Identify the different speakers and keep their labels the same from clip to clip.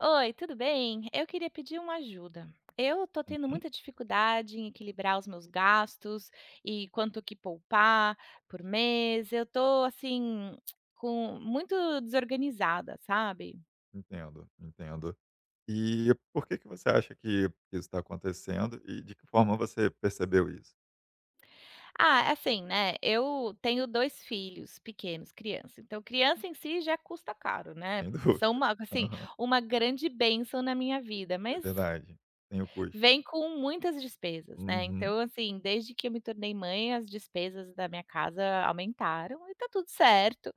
Speaker 1: Oi, tudo bem? Eu queria pedir uma ajuda. Eu tô tendo
Speaker 2: Uhum.
Speaker 1: muita dificuldade em equilibrar os meus gastos e quanto que poupar por mês. Eu tô assim com muito desorganizada, sabe?
Speaker 2: Entendo, entendo. E por que que você acha que isso está acontecendo e de que forma você percebeu isso?
Speaker 1: Ah, é assim, né? Eu tenho dois filhos pequenos, criança. Então, criança em si já custa caro, né?
Speaker 2: Sem
Speaker 1: São
Speaker 2: dúvida.
Speaker 1: uma, assim,
Speaker 2: Aham.
Speaker 1: uma grande bênção na minha vida,
Speaker 2: É
Speaker 1: mas
Speaker 2: verdade, tem o custo.
Speaker 1: vem com muitas despesas, né.
Speaker 2: Uhum.
Speaker 1: Então, assim, desde que eu me tornei mãe, as despesas da minha casa aumentaram e tá tudo certo.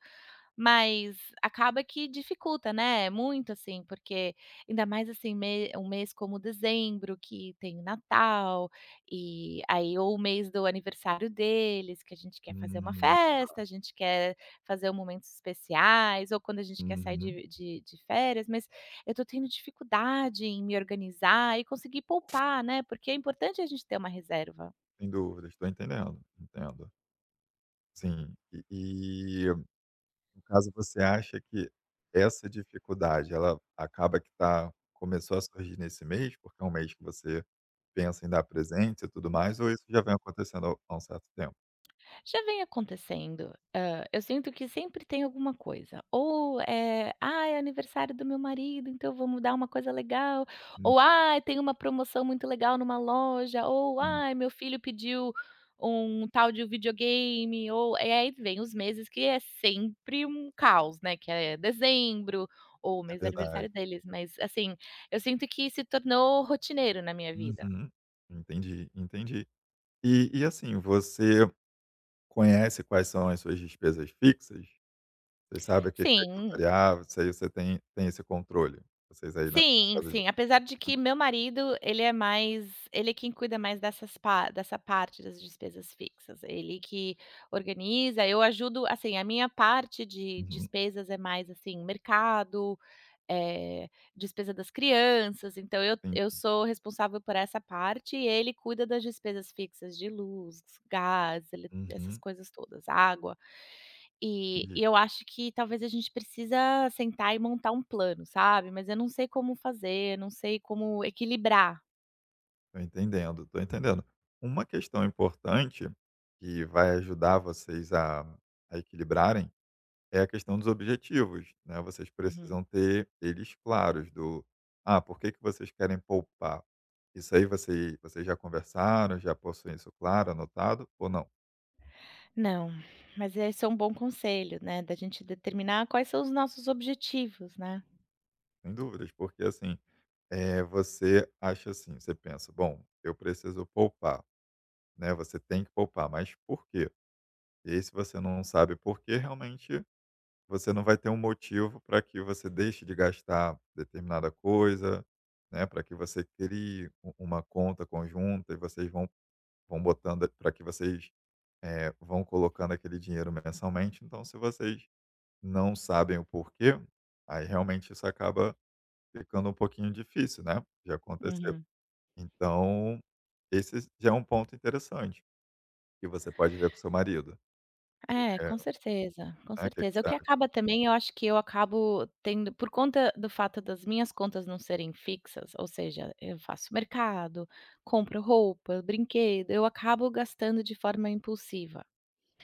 Speaker 1: Mas acaba que dificulta, né, muito, assim, porque ainda mais, assim, me um mês como dezembro, que tem o Natal, e aí ou o mês do aniversário deles, que a gente quer fazer uma
Speaker 2: Uhum.
Speaker 1: festa, a gente quer fazer momentos especiais, ou quando a gente quer sair
Speaker 2: Uhum.
Speaker 1: de férias, mas eu tô tendo dificuldade em me organizar e conseguir poupar, né, porque é importante a gente ter uma reserva.
Speaker 2: Sem dúvida, estou entendendo, entendo. Sim. E no caso você acha que essa dificuldade ela acaba que tá começou a surgir nesse mês, porque é um mês que você pensa em dar presentes e tudo mais, ou isso já vem acontecendo há um certo tempo?
Speaker 1: Já vem acontecendo. Hã, eu sinto que sempre tem alguma coisa. Ou é: "Ah, é aniversário do meu marido, então vamos dar uma coisa legal". Ou: "Ah, tem uma promoção muito legal numa loja". Ou:
Speaker 2: Uhum.
Speaker 1: "Ah, meu filho pediu um tal de videogame". Ou e aí vem os meses que é sempre um caos, né, que é dezembro ou o
Speaker 2: É
Speaker 1: mês do
Speaker 2: verdade.
Speaker 1: aniversário deles, mas, assim, eu sinto que se tornou rotineiro na minha vida.
Speaker 2: Uhum. Entendi, entendi. E assim, você conhece quais são as suas despesas fixas? Você sabe o que que é aquilo
Speaker 1: Sim.
Speaker 2: variável, isso aí você tem esse controle? Vocês aí na
Speaker 1: Sim,
Speaker 2: casa de
Speaker 1: sim,
Speaker 2: vocês.
Speaker 1: apesar de que meu marido, ele é quem cuida mais dessas pa dessa parte das despesas fixas, ele que organiza, eu ajudo assim, a minha parte de
Speaker 2: Uhum,
Speaker 1: despesas é mais, assim, mercado, eh, despesa das crianças, então eu
Speaker 2: entendi.
Speaker 1: sou responsável por essa parte e ele cuida das despesas fixas de luz, gás, ele essas
Speaker 2: Uhum,
Speaker 1: coisas todas, água.
Speaker 2: entendi.
Speaker 1: E eu acho que talvez a gente precisa sentar e montar um plano, sabe, mas eu não sei como fazer, não sei como equilibrar.
Speaker 2: Tô entendendo, tô entendendo. Uma questão importante que vai ajudar vocês a equilibrarem é a questão dos objetivos, né, vocês
Speaker 1: Uhum.
Speaker 2: precisam ter eles claros do: "Ah, por que que vocês querem poupar?". Isso aí você vocês já conversaram, já possuem isso claro, anotado ou não?
Speaker 1: Não, mas esse é um bom conselho, né, da gente determinar quais são os nossos objetivos, né.
Speaker 2: Sem dúvidas, porque assim, você acha assim, você pensa: "Bom, eu preciso poupar", né, você tem que poupar, mas por quê? E aí se você não sabe por quê, realmente você não vai ter um motivo para que você deixe de gastar determinada coisa, né, para que você crie u uma conta conjunta e vocês vão botando para que vocês, vão colocando aquele dinheiro mensalmente. Então, se vocês não sabem o porquê, aí realmente isso acaba ficando um pouquinho difícil, né, de acontecer.
Speaker 1: Uhum.
Speaker 2: Então, esse já é um ponto interessante que você pode ver com seu marido.
Speaker 1: É,
Speaker 2: É, né,
Speaker 1: com certeza, com
Speaker 2: o que que
Speaker 1: certeza. O
Speaker 2: você
Speaker 1: que
Speaker 2: acha?
Speaker 1: acaba também, eu acho que eu acabo tendo por conta do fato das minhas contas não serem fixas, ou seja, eu faço mercado, compro roupa, brinquedo, eu acabo gastando de forma impulsiva.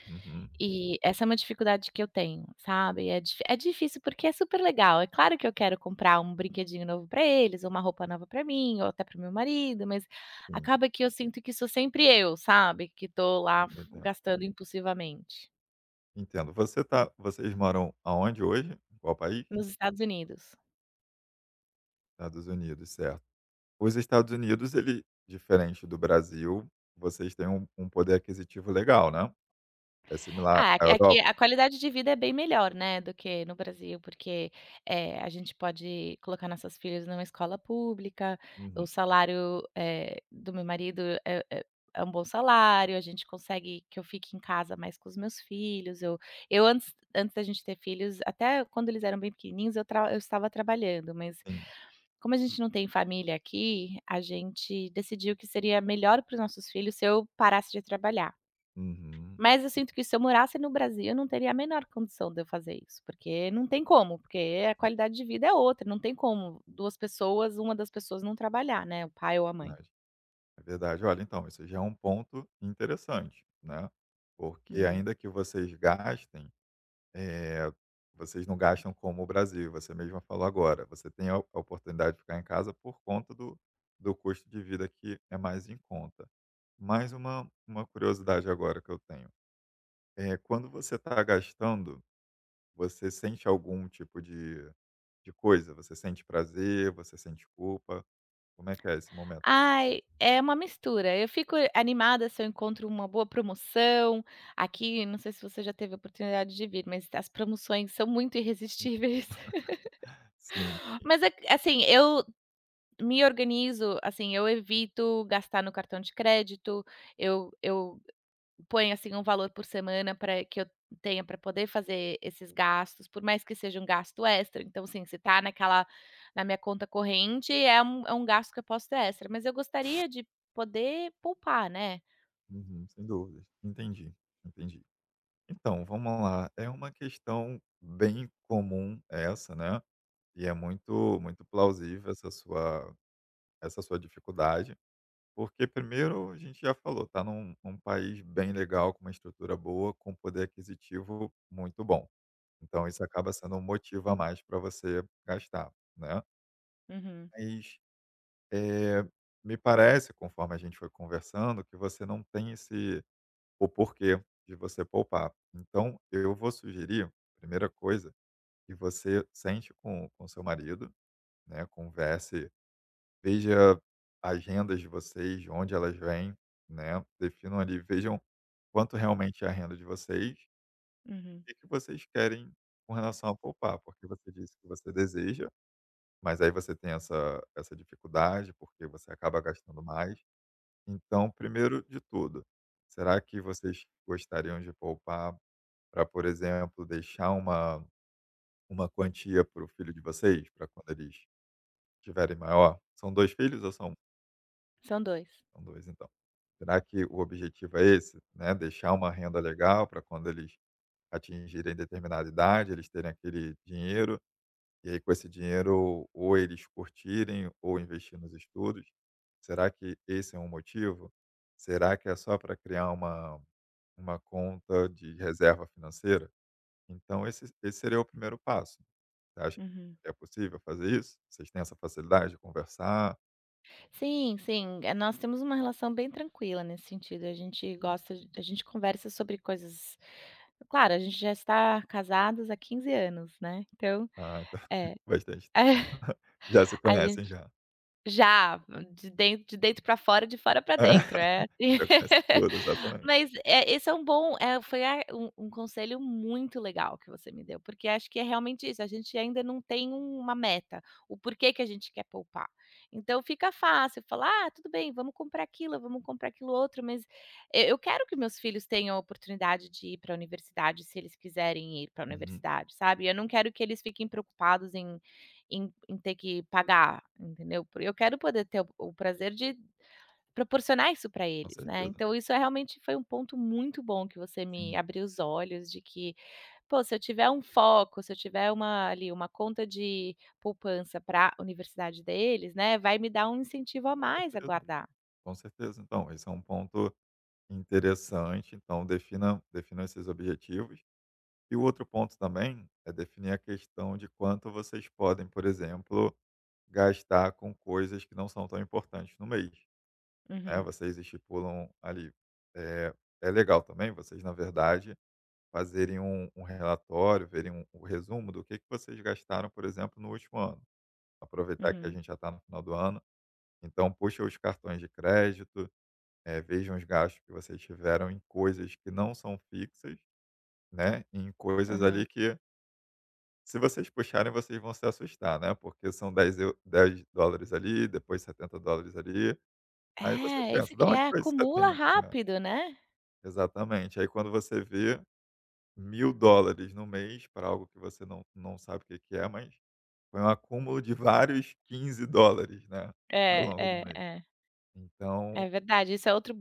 Speaker 2: Uhum.
Speaker 1: E essa é uma dificuldade que eu tenho, sabe. É dif É difícil, porque é super legal. É claro que eu quero comprar um brinquedinho novo para eles, ou uma roupa nova para mim, ou até para meu marido, mas
Speaker 2: Sim,
Speaker 1: acaba que eu sinto que sou sempre eu, sabe, que tô lá f
Speaker 2: entendo, entendo.
Speaker 1: gastando impulsivamente,
Speaker 2: Entendo. Você tá vocês moram aonde hoje? Em qual país?
Speaker 1: nos Estados Unidos.
Speaker 2: Estados Unidos, certo. Os Estados Unidos, ele diferente do Brasil, vocês têm um poder aquisitivo legal, né. É similar
Speaker 1: Ah,
Speaker 2: à
Speaker 1: aqui
Speaker 2: Europa?
Speaker 1: a qualidade de vida é bem melhor, né, do que no Brasil, porque, a gente pode colocar nossos filhos numa escola pública, o
Speaker 2: Uhum,
Speaker 1: salário, do meu marido é é um bom salário, a gente consegue que eu fique em casa mais com os meus filhos, eu antes da gente ter filhos, até quando eles eram bem pequenininhos, eu estava trabalhando, mas
Speaker 2: sim.
Speaker 1: como a gente não tem família aqui, a gente decidiu que seria melhor para os nossos filhos se eu parasse de trabalhar.
Speaker 2: Uhum.
Speaker 1: Mas eu sinto que se eu morasse no Brasil, eu não teria a menor condição de eu fazer isso, porque não tem como, porque a qualidade de vida é outra, não tem como 2 pessoas, uma das pessoas não trabalhar, né, o pai ou a
Speaker 2: É
Speaker 1: mãe.
Speaker 2: verdade. É verdade. Olha, então, isso já é um ponto interessante, né, porque
Speaker 1: Uhum.
Speaker 2: ainda que vocês gastem é, vocês não gastam como o Brasil, você mesma falou agora. Você tem a oportunidade de ficar em casa por conta do custo de vida que é mais em conta. Mais uma curiosidade agora que eu tenho. É, quando você está gastando, você sente algum tipo de coisa? Você sente prazer? Você sente culpa? Como é que é esse momento?
Speaker 1: Ai, é uma mistura. Eu fico animada se eu encontro uma boa promoção. Aqui, não sei se você já teve a oportunidade de vir, mas as promoções são muito irresistíveis.
Speaker 2: Sim,
Speaker 1: Mas é assim, eu me organizo, assim, eu evito gastar no cartão de crédito, eu põe, assim, um valor por semana para que eu tenha para poder fazer esses gastos, por mais que seja um gasto extra, então, assim, se tá naquela na minha conta corrente, é é um gasto que eu posso ter extra, mas eu gostaria de poder poupar, né.
Speaker 2: uhum, sem dúvidas. Entendi, entendi. Então, vamos lá. É uma questão bem comum essa, né? E é muito muito plausível essa sua dificuldade, porque primeiro a gente já falou, tá num país bem legal, com uma estrutura boa, com poder aquisitivo muito bom. Então isso acaba sendo um motivo a mais para você gastar, né.
Speaker 1: Uhum,
Speaker 2: Mas, eh, me parece, conforme a gente foi conversando, que você não tem esse o porquê de você poupar. Então eu vou sugerir, primeira coisa, que você sente com seu marido, né, converse. Veja agendas de vocês, de onde elas vêm, né, definam ali, vejam quanto realmente é a renda de vocês
Speaker 1: uhum.
Speaker 2: e o que vocês querem com relação a poupar, porque você disse que você deseja, mas aí você tem essa dificuldade, porque você acaba gastando mais. Então, primeiro de tudo, será que vocês gostariam de poupar para por exemplo, deixar uma quantia para o filho de vocês, para quando eles tiverem maior? São 2 filhos ou são
Speaker 1: São dois.
Speaker 2: São 2 então. Será que o objetivo é esse, né, deixar uma renda legal para quando eles atingirem determinada idade, eles terem aquele dinheiro, e aí com esse dinheiro ou eles curtirem ou investir nos estudos? Será que esse é um motivo? Será que é só para criar uma conta de reserva financeira? Então esse seria o primeiro passo. Você acha
Speaker 1: Uhum.
Speaker 2: que é possível fazer isso? Vocês têm essa facilidade de conversar?
Speaker 1: Sim, sim, nós temos uma relação bem tranquila nesse sentido, a gente gosta de a gente conversa sobre coisas claro, a gente já está casados há 15 anos, né, então
Speaker 2: Ah, então
Speaker 1: é,
Speaker 2: bastante tempo. Já se
Speaker 1: a
Speaker 2: conhecem
Speaker 1: gente
Speaker 2: já.
Speaker 1: já, de dentro pra fora, de fora para dentro, é.
Speaker 2: já conhece tudo, exatamente.
Speaker 1: Mas, esse é um bom foi a um conselho muito legal que você me deu, porque acho que é realmente isso, a gente ainda não tem uma meta, o porquê que a gente quer poupar. Então fica fácil falar: "Ah, tudo bem, vamos comprar aquilo outro", mas e eu quero que meus filhos tenham a oportunidade de ir para a universidade, se eles quiserem ir para a
Speaker 2: Uhum,
Speaker 1: universidade, sabe. Eu não quero que eles fiquem preocupados em ter que pagar, entendeu. Por eu quero poder ter o prazer de proporcionar isso para
Speaker 2: com
Speaker 1: eles, né.
Speaker 2: certeza.
Speaker 1: Então isso é realmente foi um ponto muito bom que você me
Speaker 2: Sim,
Speaker 1: abriu os olhos de que, pô, se eu tiver um foco, se eu tiver uma ali, uma conta de poupança pra universidade deles, né, vai me dar um incentivo a
Speaker 2: com
Speaker 1: mais a
Speaker 2: certeza,
Speaker 1: guardar.
Speaker 2: com certeza. Então, esse é um ponto interessante, então defina esses objetivos. E o outro ponto também é definir a questão de quanto vocês podem, por exemplo, gastar com coisas que não são tão importantes no mês, né,
Speaker 1: Uhum,
Speaker 2: vocês estipulam ali. Eh, é legal também, vocês na verdade fazerem um relatório, verem um o resumo do que vocês gastaram, por exemplo, no último ano. Aproveitar que a
Speaker 1: uhum,
Speaker 2: gente já está no final do ano, então puxa os cartões de crédito, vejam os gastos que vocês tiveram em coisas que não são fixas, né, em coisas ali
Speaker 1: aham.
Speaker 2: que se vocês puxarem vocês vão se assustar, né, porque são 10 eu $10 ali, depois $70 ali, aí você
Speaker 1: É, isso
Speaker 2: pensa: "de
Speaker 1: que
Speaker 2: onde
Speaker 1: é,
Speaker 2: foi esses
Speaker 1: acumula
Speaker 2: 70?"
Speaker 1: rápido, né.
Speaker 2: É, exatamente, aí quando você vê $1.000 no mês para algo que você não sabe o que que é, mas foi um acúmulo de vários $15, né, ao
Speaker 1: É,
Speaker 2: longo do
Speaker 1: é,
Speaker 2: mês.
Speaker 1: é.
Speaker 2: Então
Speaker 1: É verdade, isso é outro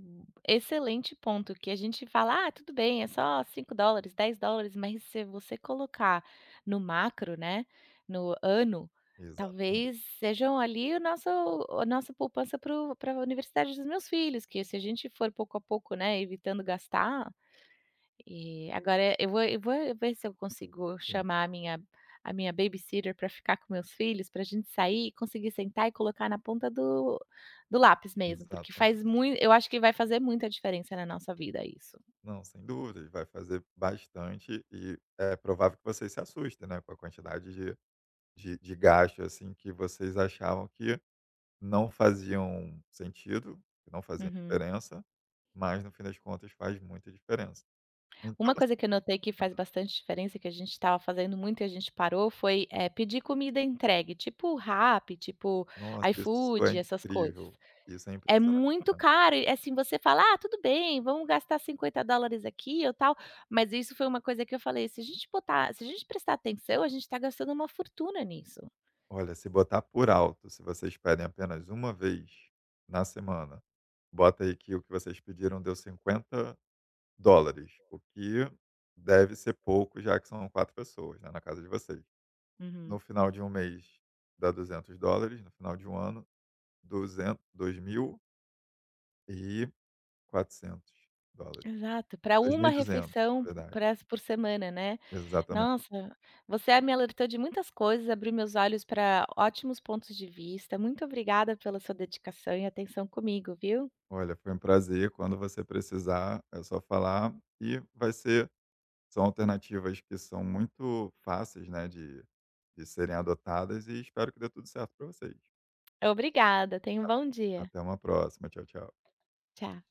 Speaker 1: excelente ponto que a gente fala: "Ah, tudo bem, é só $5, $10, mas se você colocar no macro, né, no ano,
Speaker 2: exatamente,
Speaker 1: talvez sejam ali o nosso a nossa poupança para a universidade dos meus filhos, que se a gente for pouco a pouco, né, evitando gastar, e agora eu vou ver se eu consigo
Speaker 2: sim,
Speaker 1: chamar a minha babysitter para ficar com meus filhos, para a gente sair e conseguir sentar e colocar na ponta do do lápis mesmo, porque
Speaker 2: exatamente.
Speaker 1: faz muito eu acho que vai fazer muita diferença na nossa vida isso.
Speaker 2: Não, sem dúvidas, vai fazer bastante e é provável que vocês se assustem, né, com a quantidade de de gasto, assim, que vocês achavam que não faziam sentido, que não faziam
Speaker 1: Uhum.
Speaker 2: diferença, mas no fim das contas faz muita diferença. Então
Speaker 1: Uma coisa que eu notei que faz bastante diferença, que a gente estava fazendo muito e a gente parou foi, pedir comida entregue, tipo Rappi, tipo
Speaker 2: nossa, isso é
Speaker 1: iFood, essas coisas.
Speaker 2: incrível. Isso é
Speaker 1: É
Speaker 2: impressionante,
Speaker 1: muito
Speaker 2: né.
Speaker 1: caro e, assim, você fala: "Ah, tudo bem, vamos gastar $50 aqui ou tal", mas isso foi uma coisa que eu falei: "Se a gente botar se a gente prestar atenção, a gente tá gastando uma fortuna nisso".
Speaker 2: Olha, se botar por alto, se vocês pedem apenas uma vez na semana, bota aí que o que vocês pediram deu $50 o que deve ser pouco, já que são 4 pessoas, né, na casa de vocês.
Speaker 1: Uhum.
Speaker 2: No final de um mês dá $200 no final de um ano, duzentos 2.400 duzen
Speaker 1: Exato, para uma
Speaker 2: $2.400, $2.200, na
Speaker 1: refeição
Speaker 2: verdade.
Speaker 1: por semana, né.
Speaker 2: Exatamente.
Speaker 1: Nossa, você me alertou de muitas coisas, abriu meus olhos para ótimos pontos de vista. Muito obrigada pela sua dedicação e atenção comigo, viu.
Speaker 2: Olha, foi um prazer. Quando você precisar, é só falar e vai ser são alternativas que são muito fáceis, né, de serem adotadas e espero que dê tudo certo para vocês.
Speaker 1: Obrigada, tenha um bom
Speaker 2: A
Speaker 1: dia.
Speaker 2: até uma próxima. Tchau, tchau.
Speaker 1: Tchau.